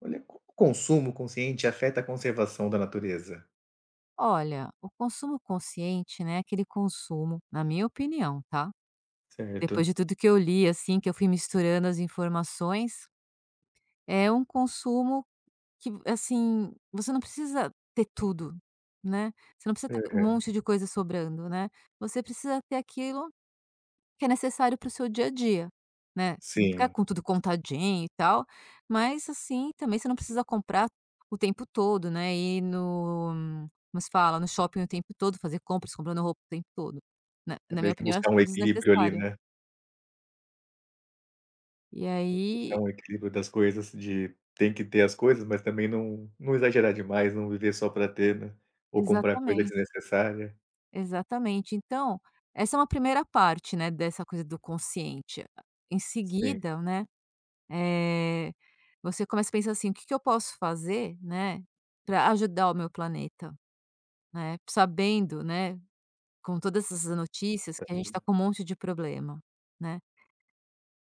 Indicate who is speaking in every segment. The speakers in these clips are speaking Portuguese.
Speaker 1: Olha, como o consumo consciente afeta a conservação da natureza?
Speaker 2: Olha, o consumo consciente, né, é aquele consumo, na minha opinião, tá? Depois de
Speaker 1: Certo.
Speaker 2: tudo que eu li, assim, que eu fui misturando as informações, é um consumo que, assim, você não precisa ter tudo, né? Você não precisa ter um
Speaker 1: Aham.
Speaker 2: monte de coisa sobrando, né? Você precisa ter aquilo que é necessário para o seu dia a dia, né. Não ficar
Speaker 1: Sim,
Speaker 2: com tudo contadinho e tal, mas assim, também você não precisa comprar o tempo todo, né, ir no como se fala? No shopping o tempo todo, fazer compras, comprando roupa o tempo todo. Na
Speaker 1: é
Speaker 2: na minha
Speaker 1: meio que
Speaker 2: opinião, acho
Speaker 1: buscar
Speaker 2: que
Speaker 1: um
Speaker 2: é
Speaker 1: equilíbrio ali,
Speaker 2: desnecessário.
Speaker 1: né,
Speaker 2: E
Speaker 1: buscar
Speaker 2: aí
Speaker 1: um equilíbrio das coisas, de tem que ter as coisas, mas também não exagerar demais, não viver só pra ter, né, ou comprar coisa
Speaker 2: Exatamente,
Speaker 1: desnecessária.
Speaker 2: exatamente. Então, essa é uma primeira parte, né, dessa coisa do consciente. Em
Speaker 1: Sim,
Speaker 2: seguida, né, eh, você começa a pensar assim: "O que que eu posso fazer, né, para ajudar o meu planeta?" Né, sabendo, né, com todas essas notícias que a gente
Speaker 1: verdade.
Speaker 2: tá com um monte de problema, né.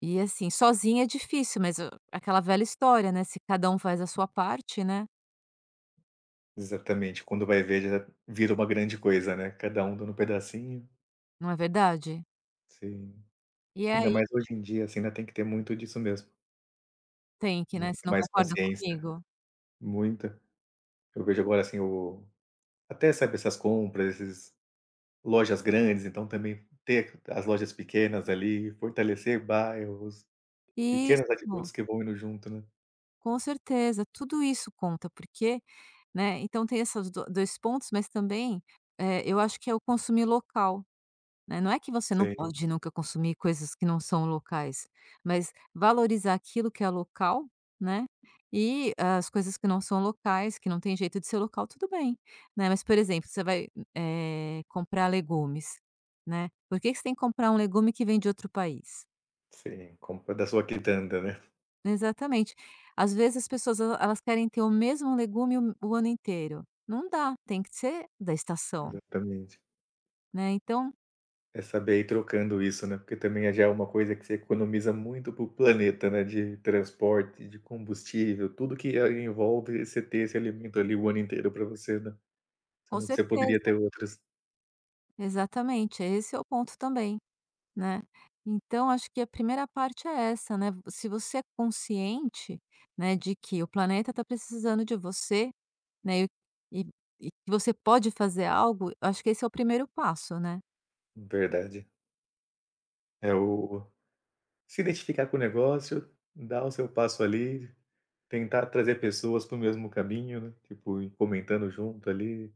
Speaker 2: E assim, sozinha é difícil, mas o aquela velha história, né, se cada um faz a sua parte, né,
Speaker 1: Exatamente, quando vai ver já vira uma grande coisa, né, cada um dando um pedacinho.
Speaker 2: não é verdade?
Speaker 1: Sim.
Speaker 2: E é
Speaker 1: Ainda
Speaker 2: aí
Speaker 1: mais hoje em dia, assim, ainda tem que ter muito disso mesmo,
Speaker 2: tem que,
Speaker 1: muito
Speaker 2: né, você não
Speaker 1: mais
Speaker 2: concorda
Speaker 1: consciência,
Speaker 2: comigo?
Speaker 1: muita. Eu vejo agora, assim, o Até, sabe, essas compras, esses lojas grandes, então também ter as lojas pequenas ali, fortalecer bairros, pequenas
Speaker 2: Isso,
Speaker 1: atitudes que vão indo junto, né.
Speaker 2: com certeza, tudo isso conta, porque, né, então tem esses 2 pontos, mas também, eu acho que é o consumir local. Né, não é que você não
Speaker 1: Sim,
Speaker 2: pode nunca consumir coisas que não são locais, mas valorizar aquilo que é local, né, e as coisas que não são locais, que não tem jeito de ser local, tudo bem, né, mas, por exemplo, você vai, comprar legumes, né, por que que você tem que comprar um legume que vem de outro país?
Speaker 1: sim, compra da sua quitanda, né.
Speaker 2: Exatamente. Às vezes as pessoas el elas querem ter o mesmo legume o ano inteiro. Não dá, tem que ser da estação,
Speaker 1: Exatamente.
Speaker 2: né, então
Speaker 1: É saber ir trocando isso, né, porque também já é uma coisa que você economiza muito pro planeta, né, de transporte, de combustível, tudo que, envolve você ter esse alimento ali o ano inteiro para você, né,
Speaker 2: com
Speaker 1: sendo que você poderia
Speaker 2: certeza.
Speaker 1: ter outras.
Speaker 2: Exatamente, esse é o ponto também. Né. Então acho que a primeira parte é essa, né, se você é consciente, né, de que o planeta está precisando de você, né, e e que você pode fazer algo, acho que esse é o primeiro passo, né.
Speaker 1: Verdade. É o Se identificar com o negócio, dar o seu passo ali, tentar trazer pessoas para o mesmo caminho, né, tipo, ir comentando junto ali,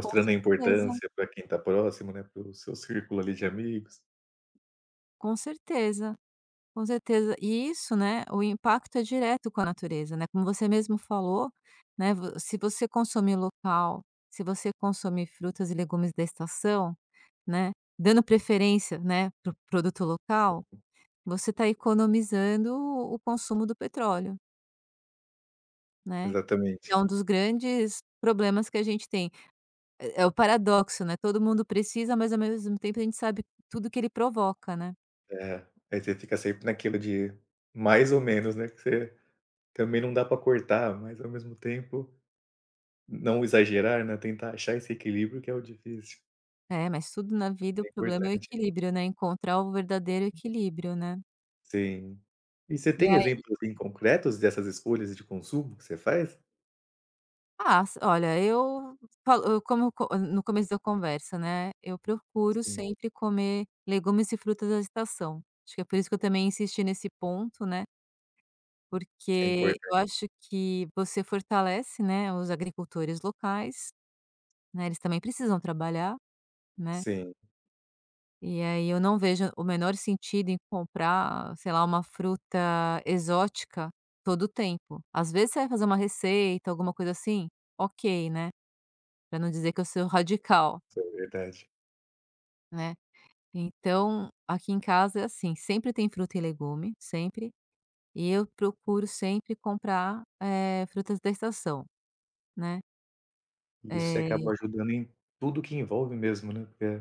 Speaker 2: Com
Speaker 1: a
Speaker 2: certeza.
Speaker 1: importância para quem está próximo, né, para o seu círculo ali de amigos.
Speaker 2: Com certeza, com certeza. E isso, né, o impacto é direto com a natureza, né, como você mesmo falou, né, vo se você consumir local, se você consumir frutas e legumes da estação, né, dando preferência, né, para o produto local. Você está economizando o consumo do petróleo, né, que é
Speaker 1: Exatamente.
Speaker 2: um dos grandes problemas que a gente tem. É o paradoxo, né, todo mundo precisa, mas ao mesmo tempo a gente sabe tudo que ele provoca, né.
Speaker 1: É, aí você fica sempre naquilo de mais ou menos, né, que você também não dá para cortar, mas ao mesmo tempo não exagerar, né, tentar achar esse equilíbrio que é o difícil,
Speaker 2: É, mas tudo na vida o
Speaker 1: é
Speaker 2: problema é o
Speaker 1: importante.
Speaker 2: equilíbrio, né, encontrar o verdadeiro equilíbrio, né.
Speaker 1: Sim. E você
Speaker 2: E
Speaker 1: tem
Speaker 2: aí
Speaker 1: exemplos, assim, concretos dessas escolhas de consumo que você faz?
Speaker 2: ah, s olha, eu falo, eu, como co no começo da conversa, né, eu procuro sempre comer legumes e frutas da estação. Acho que é por isso que eu também insisti nesse ponto, né.
Speaker 1: É
Speaker 2: Porque
Speaker 1: importante.
Speaker 2: eu acho que você fortalece, né, os agricultores locais, né, eles também precisam trabalhar, né,
Speaker 1: Sim,
Speaker 2: e aí eu não vejo o menor sentido em comprar, sei lá, uma fruta exótica todo o tempo. Às vezes você vai fazer uma receita, alguma coisa assim, ok, né, para não dizer que eu sou radical,
Speaker 1: isso é verdade.
Speaker 2: né. Então, aqui em casa é assim, sempre tem fruta e legume, sempre, e eu procuro sempre comprar, frutas da estação, né.
Speaker 1: E isso
Speaker 2: Eh
Speaker 1: acaba ajudando em tudo que envolve mesmo, né, porque,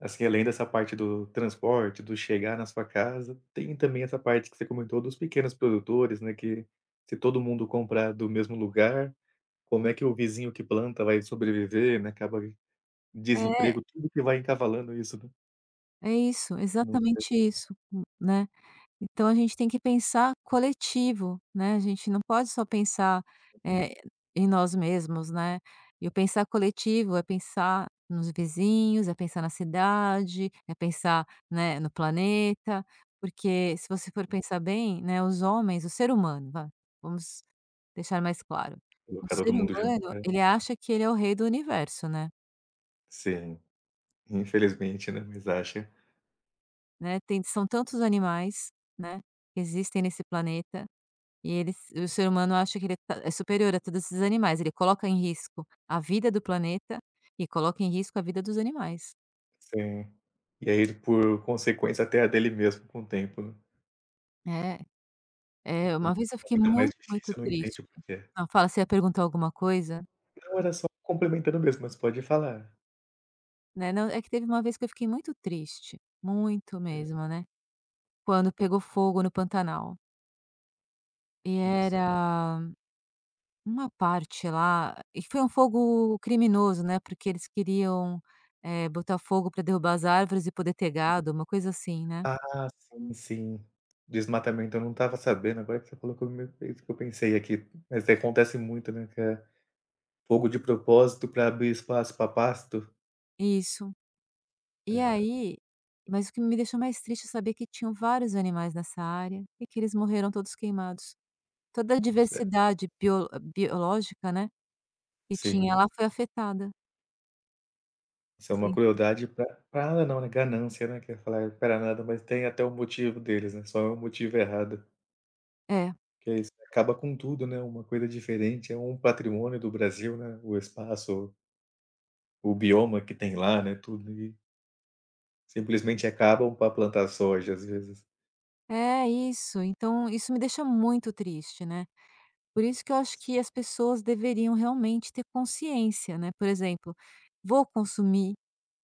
Speaker 1: assim, além dessa parte do transporte, do chegar na sua casa, tem também essa parte que você comentou dos pequenos produtores, né, que se todo mundo comprar do mesmo lugar, como é que o vizinho que planta vai sobreviver, né, acaba
Speaker 2: é
Speaker 1: desemprego, tudo que vai encavalando isso, né,
Speaker 2: É isso,
Speaker 1: não
Speaker 2: exatamente isso, né. Então a gente tem que pensar coletivo, né, a gente não pode só pensar,
Speaker 1: tem
Speaker 2: eh, em nós mesmos, né. E o pensar coletivo é pensar nos vizinhos, é pensar na cidade, é pensar, né, no planeta, porque se você for pensar bem, né, os homens, o ser humano, vá, vamos deixar mais claro. O
Speaker 1: colocar
Speaker 2: ser
Speaker 1: todo mundo junto,
Speaker 2: humano,
Speaker 1: né.
Speaker 2: ele acha que ele é o rei do universo, né.
Speaker 1: Sim, infelizmente, né, mas acha.
Speaker 2: Né, tem são tantos animais, né, que existem nesse planeta e eles o ser humano acha que ele tá é superior a todos esses animais, ele coloca em risco a vida do planeta e coloca em risco a vida dos animais.
Speaker 1: Sim. E aí por consequência até a dele mesmo com o tempo, né.
Speaker 2: É,
Speaker 1: O
Speaker 2: é, uma
Speaker 1: começo
Speaker 2: vez
Speaker 1: é
Speaker 2: eu
Speaker 1: uma
Speaker 2: fiquei
Speaker 1: vida mais
Speaker 2: muito, muito
Speaker 1: difícil, não
Speaker 2: triste.
Speaker 1: entende o porquê.
Speaker 2: Não, fala, você ia perguntar alguma coisa?
Speaker 1: Não, era só complementando mesmo, mas pode falar.
Speaker 2: Né, não, é que teve uma vez que eu fiquei muito triste, muito mesmo, né, quando pegou fogo no Pantanal. E
Speaker 1: Nossa.
Speaker 2: era uma parte lá e foi um fogo criminoso, né, porque eles queriam, botar fogo para derrubar as árvores e poder ter gado, uma coisa assim, né.
Speaker 1: Ah, sim, sim. Desmatamento, eu não estava sabendo, agora que você colocou no meu peito que eu pensei aqui, mas acontece muito, né, que é fogo de propósito para abrir espaço para pasto.
Speaker 2: Isso. E
Speaker 1: É,
Speaker 2: aí mas o que me deixou mais triste é saber que tinham vários animais nessa área e que eles morreram todos queimados. Toda a
Speaker 1: mas é
Speaker 2: diversidade biológica, né, que tinha
Speaker 1: sim,
Speaker 2: lá foi afetada.
Speaker 1: isso é uma
Speaker 2: Sim.
Speaker 1: crueldade para pra não, né, ganância, né, que é falar: para nada", mas tem até o motivo deles, né, só é o motivo errado,
Speaker 2: É.
Speaker 1: que é isso, acaba com tudo, né, uma coisa diferente, é um patrimônio do Brasil, né, o espaço O bioma que tem lá, né, tudo e simplesmente acabam para plantar soja, às vezes.
Speaker 2: É, isso. Então isso me deixa muito triste, né. Por isso que eu acho que as pessoas deveriam realmente ter consciência, né, por exemplo, vou consumir,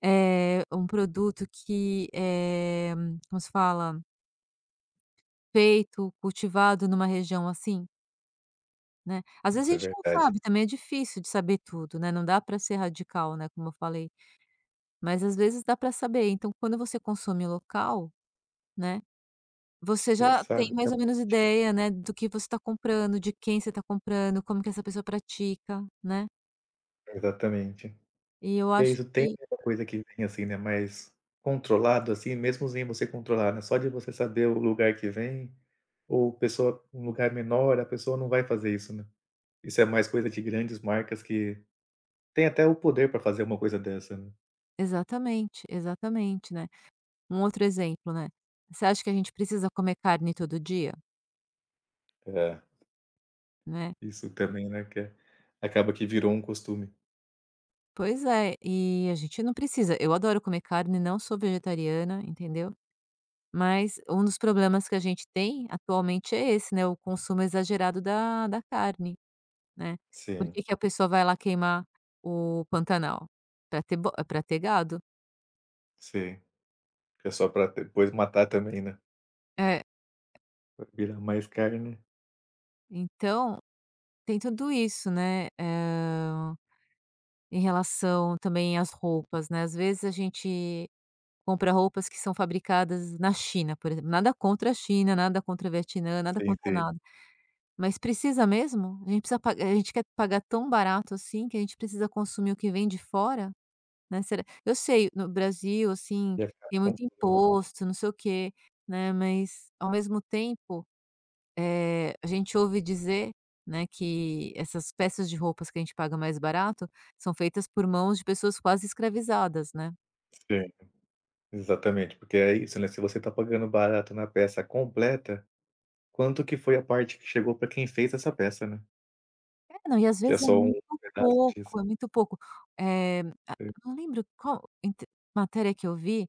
Speaker 2: um produto que é, como se fala, feito, cultivado numa região assim, né. Às vezes a
Speaker 1: Isso é
Speaker 2: gente não
Speaker 1: verdade.
Speaker 2: sabe também, é difícil de saber tudo, né, não dá para ser radical, né, como eu falei, mas às vezes dá para saber, então quando você consome local, né, você
Speaker 1: É,
Speaker 2: já tem
Speaker 1: sabe,
Speaker 2: mais ou menos
Speaker 1: exatamente.
Speaker 2: ideia, né, do que você está comprando, de quem você está comprando, como que essa pessoa pratica, né.
Speaker 1: Exatamente.
Speaker 2: E eu
Speaker 1: E é
Speaker 2: acho
Speaker 1: isso, tem
Speaker 2: que
Speaker 1: uma coisa que vem, assim, né, mais controlado, assim, mesmo sem você controlar, né, só de você saber o lugar que vem ou pessoa um lugar menor, a pessoa não vai fazer isso, né. Isso é mais coisa de grandes marcas que tem até o poder para fazer uma coisa dessa, né.
Speaker 2: exatamente, exatamente, né. Um outro exemplo, né, você acha que a gente precisa comer carne todo dia,
Speaker 1: É,
Speaker 2: né?
Speaker 1: isso também, né, que é acaba que virou um costume.
Speaker 2: Pois é, e a gente não precisa. Eu adoro comer carne, não sou vegetariana, entendeu? Mas um dos problemas que a gente tem atualmente é esse, né, o consumo exagerado da carne, né. Por
Speaker 1: Sim,
Speaker 2: que que a pessoa vai lá queimar o Pantanal? Para ter bo Pra ter gado.
Speaker 1: sim. Que é só pra depois matar também, né.
Speaker 2: É,
Speaker 1: Vai virar mais carne.
Speaker 2: então tem tudo isso, né, eh, em relação também às roupas, né, às vezes a gente compra roupas que são fabricadas na China, por exemplo, nada contra a China, nada contra a Vietnã, nada
Speaker 1: Sim,
Speaker 2: contra
Speaker 1: sim.
Speaker 2: nada, mas precisa mesmo? A gente precisa pa a gente quer pagar tão barato assim que a gente precisa consumir o que vem de fora, né, será eu sei, no Brasil, assim,
Speaker 1: E acaba
Speaker 2: tem muito
Speaker 1: comprando.
Speaker 2: imposto, não sei o quê, né, mas ao mesmo tempo a gente ouve dizer, né, que essas peças de roupas que a gente paga mais barato são feitas por mãos de pessoas quase escravizadas, né.
Speaker 1: Sim, exatamente, porque é isso, né, se você tá pagando barato na peça completa, quanto que foi a parte que chegou pra quem fez essa peça, né.
Speaker 2: É, não, e às
Speaker 1: Que é
Speaker 2: vezes é
Speaker 1: só um
Speaker 2: muito
Speaker 1: pedaço disso.
Speaker 2: pouco, é muito pouco. Eh, a não lembro qual inte matéria que eu vi,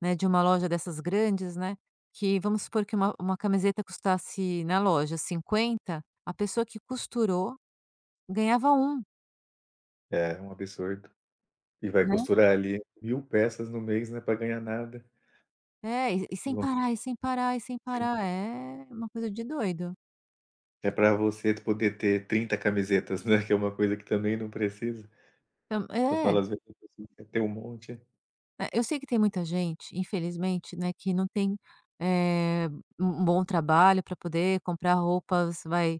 Speaker 2: né, de uma loja dessas grandes, né, que vamos supor que uma camiseta custasse na loja 50, a pessoa que costurou ganhava 1,
Speaker 1: É, é um absurdo. E vai
Speaker 2: né.
Speaker 1: costurar ali 1.000 peças no mês, né, pra ganhar nada.
Speaker 2: É, e sem
Speaker 1: Bom,
Speaker 2: parar, e sem parar, e sem
Speaker 1: sim.
Speaker 2: parar. É uma coisa de doido.
Speaker 1: É pra você poder ter 30 camisetas, né, que é uma coisa que também não precisa.
Speaker 2: Tam
Speaker 1: Eu falo
Speaker 2: é.
Speaker 1: às vezes, a pessoa quer ter um monte.
Speaker 2: É, eu sei que tem muita gente, infelizmente, né, que não tem, eh, um bom trabalho para poder comprar roupas, vai,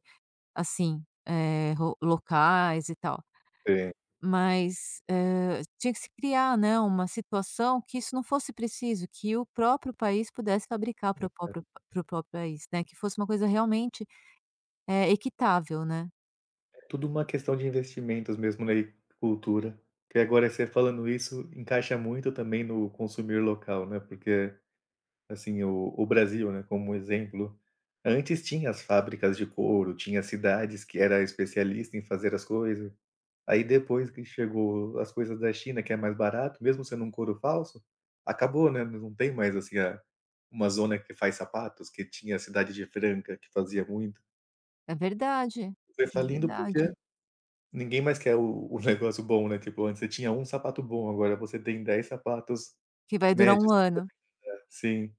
Speaker 2: assim, eh, ro locais e tal.
Speaker 1: Sim.
Speaker 2: Mas, tinha que se criar, né, uma situação que isso não fosse preciso, que o próprio país pudesse fabricar para próprio país, né, que fosse uma coisa realmente, equitável, né.
Speaker 1: Tudo uma questão de investimentos mesmo, né, e cultura. Que agora você falando isso, encaixa muito também no consumir local, né, porque, assim, o Brasil, né, como exemplo, antes tinha as fábricas de couro, tinha as cidades que era especialista em fazer as coisas. Aí depois que chegou as coisas da China, que é mais barato, mesmo sendo um couro falso, acabou, né, não tem mais, assim, a uma zona que faz sapatos, que tinha a cidade de Franca, que fazia muito.
Speaker 2: É verdade,
Speaker 1: Foi
Speaker 2: é
Speaker 1: falindo
Speaker 2: verdade.
Speaker 1: porque Ninguém mais quer o negócio bom, né, tipo, antes você tinha um sapato bom, agora você tem 10 sapatos
Speaker 2: Que vai durar um
Speaker 1: médios que
Speaker 2: ano.
Speaker 1: também não dá. Sim,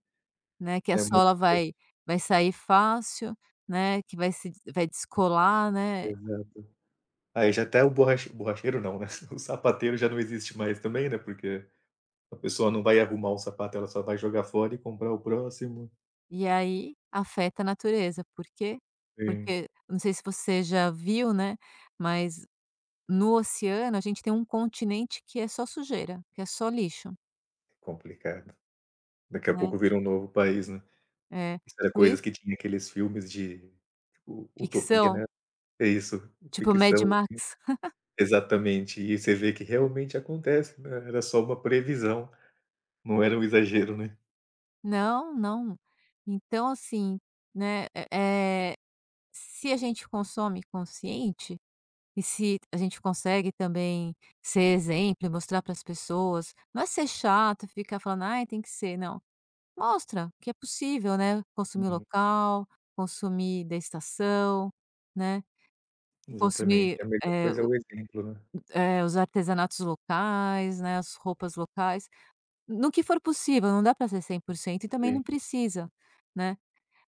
Speaker 2: Né, que a
Speaker 1: é muito
Speaker 2: sola
Speaker 1: mais
Speaker 2: vai sair fácil, né, que vai se vai descolar, né,
Speaker 1: exato. Aí já até o borracheiro não, né, o sapateiro já não existe mais também, né, porque a pessoa não vai arrumar um sapato, ela só vai jogar fora e comprar o próximo.
Speaker 2: e aí afeta a natureza. Por quê?
Speaker 1: Sim,
Speaker 2: Porque não sei se você já viu, né, mas no oceano a gente tem um continente que é só sujeira, que é só lixo,
Speaker 1: complicado. Daqui a
Speaker 2: né.
Speaker 1: pouco vira um novo país, né.
Speaker 2: É,
Speaker 1: Isso era
Speaker 2: por
Speaker 1: coisas
Speaker 2: isso
Speaker 1: que tinha aqueles filmes de, tipo, utopia,
Speaker 2: ficção?
Speaker 1: né. É isso,
Speaker 2: Tipo Mad
Speaker 1: ficção.
Speaker 2: Max?
Speaker 1: Exatamente, e você vê que realmente acontece, né, era só uma previsão, não era um exagero, né.
Speaker 2: Não, não. Então assim, né, é se a gente consome consciente e se a gente consegue também ser exemplo e mostrar para as pessoas, não é ser chato ficar falando: "Ai, tem que ser", não. Mostra que é possível, né, consumir
Speaker 1: Uhum,
Speaker 2: local, consumir da estação, né, consumir,
Speaker 1: exatamente, a melhor
Speaker 2: eh,
Speaker 1: coisa é
Speaker 2: o
Speaker 1: o exemplo, né.
Speaker 2: os artesanatos locais, né, as roupas locais, no que for possível, não dá para ser 100% e também não
Speaker 1: Sim.
Speaker 2: precisa, né,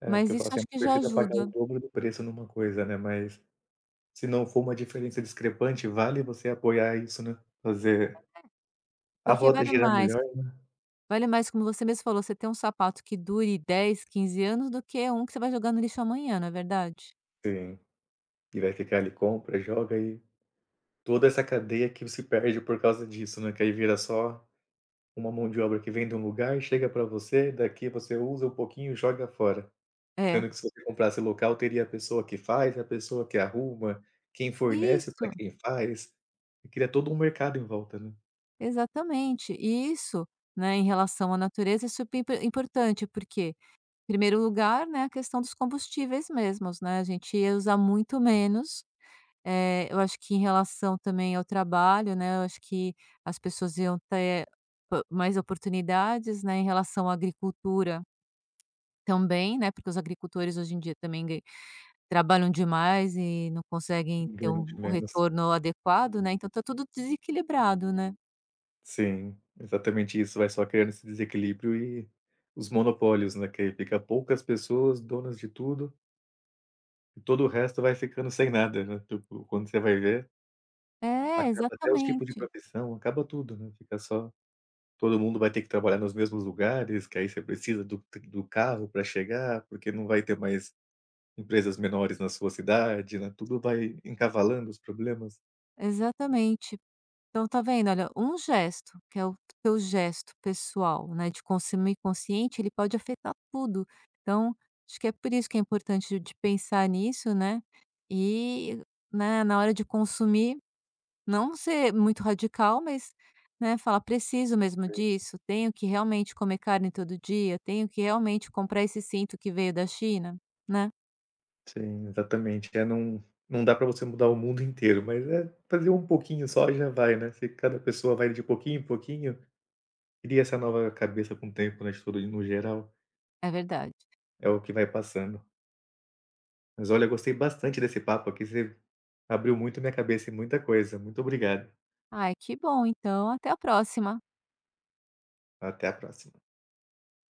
Speaker 1: É, porque
Speaker 2: mas
Speaker 1: eu falo
Speaker 2: isso
Speaker 1: assim,
Speaker 2: acho
Speaker 1: não
Speaker 2: que já
Speaker 1: precisa pagar
Speaker 2: ajuda,
Speaker 1: o dobro do preço numa coisa, né, mas se não for uma diferença discrepante, vale você apoiar isso, né, fazer a
Speaker 2: porque
Speaker 1: rota
Speaker 2: vale
Speaker 1: girar
Speaker 2: mais.
Speaker 1: melhor.
Speaker 2: Vale mais, como você mesmo falou, você ter um sapato que dure 10 15 anos do que um que você vai jogar no lixo amanhã, não é verdade?
Speaker 1: Sim, e vai ficar ali, compra, joga e Toda essa cadeia que se perde por causa disso, né, que aí vira só uma mão de obra que vem de um lugar, chega para você, daqui você usa um pouquinho e joga fora.
Speaker 2: É.
Speaker 1: Sendo que se você comprasse local, teria a pessoa que faz, a pessoa que arruma, quem fornece para
Speaker 2: Isso,
Speaker 1: quem faz, e cria todo um mercado em volta, né,
Speaker 2: exatamente. E isso, né, em relação à natureza é super importante, porque, em primeiro lugar, né, a questão dos combustíveis mesmos, né, a gente ia usar muito menos. Eu acho que em relação também ao trabalho, né, eu acho que as pessoas iam ter po mais oportunidades, né, em relação à agricultura também, né, porque os agricultores hoje em dia também trabalham demais e não conseguem ter
Speaker 1: ganham de
Speaker 2: um o
Speaker 1: menos.
Speaker 2: retorno adequado, né, então tá tudo desequilibrado, né.
Speaker 1: Sim, exatamente isso, vai só criando esse desequilíbrio e os monopólios, né, que aí fica poucas pessoas donas de tudo, e todo o resto vai ficando sem nada, né, tipo, quando você vai ver,
Speaker 2: É,
Speaker 1: Acaba até os tipos de
Speaker 2: exatamente,
Speaker 1: profissão, acaba tudo, né, fica só todo mundo vai ter que trabalhar nos mesmos lugares, que aí você precisa do carro para chegar, porque não vai ter mais empresas menores na sua cidade, né, tudo vai encavalando os problemas.
Speaker 2: exatamente. Então tá vendo, olha, um gesto, que é o teu gesto pessoal, né, de consumir consciente, ele pode afetar tudo. Então, acho que é por isso que é importante de pensar nisso, né, e, né, na hora de consumir não ser muito radical, mas, né, falar: "Preciso mesmo disso? Tenho que realmente comer carne todo dia? Tenho que realmente comprar esse cinto que veio da China?", né.
Speaker 1: Sim, exatamente. É, não dá para você mudar o mundo inteiro, mas é fazer um pouquinho só e já vai, né, se cada pessoa vai de pouquinho em pouquinho, cria essa nova cabeça com o tempo, né, de tudo no geral,
Speaker 2: É verdade.
Speaker 1: é o que vai passando. Mas olha, eu gostei bastante desse papo aqui, você abriu muito minha cabeça em muita coisa. Muito obrigado.
Speaker 2: Ai, que bom então, até a próxima.
Speaker 1: Até a próxima.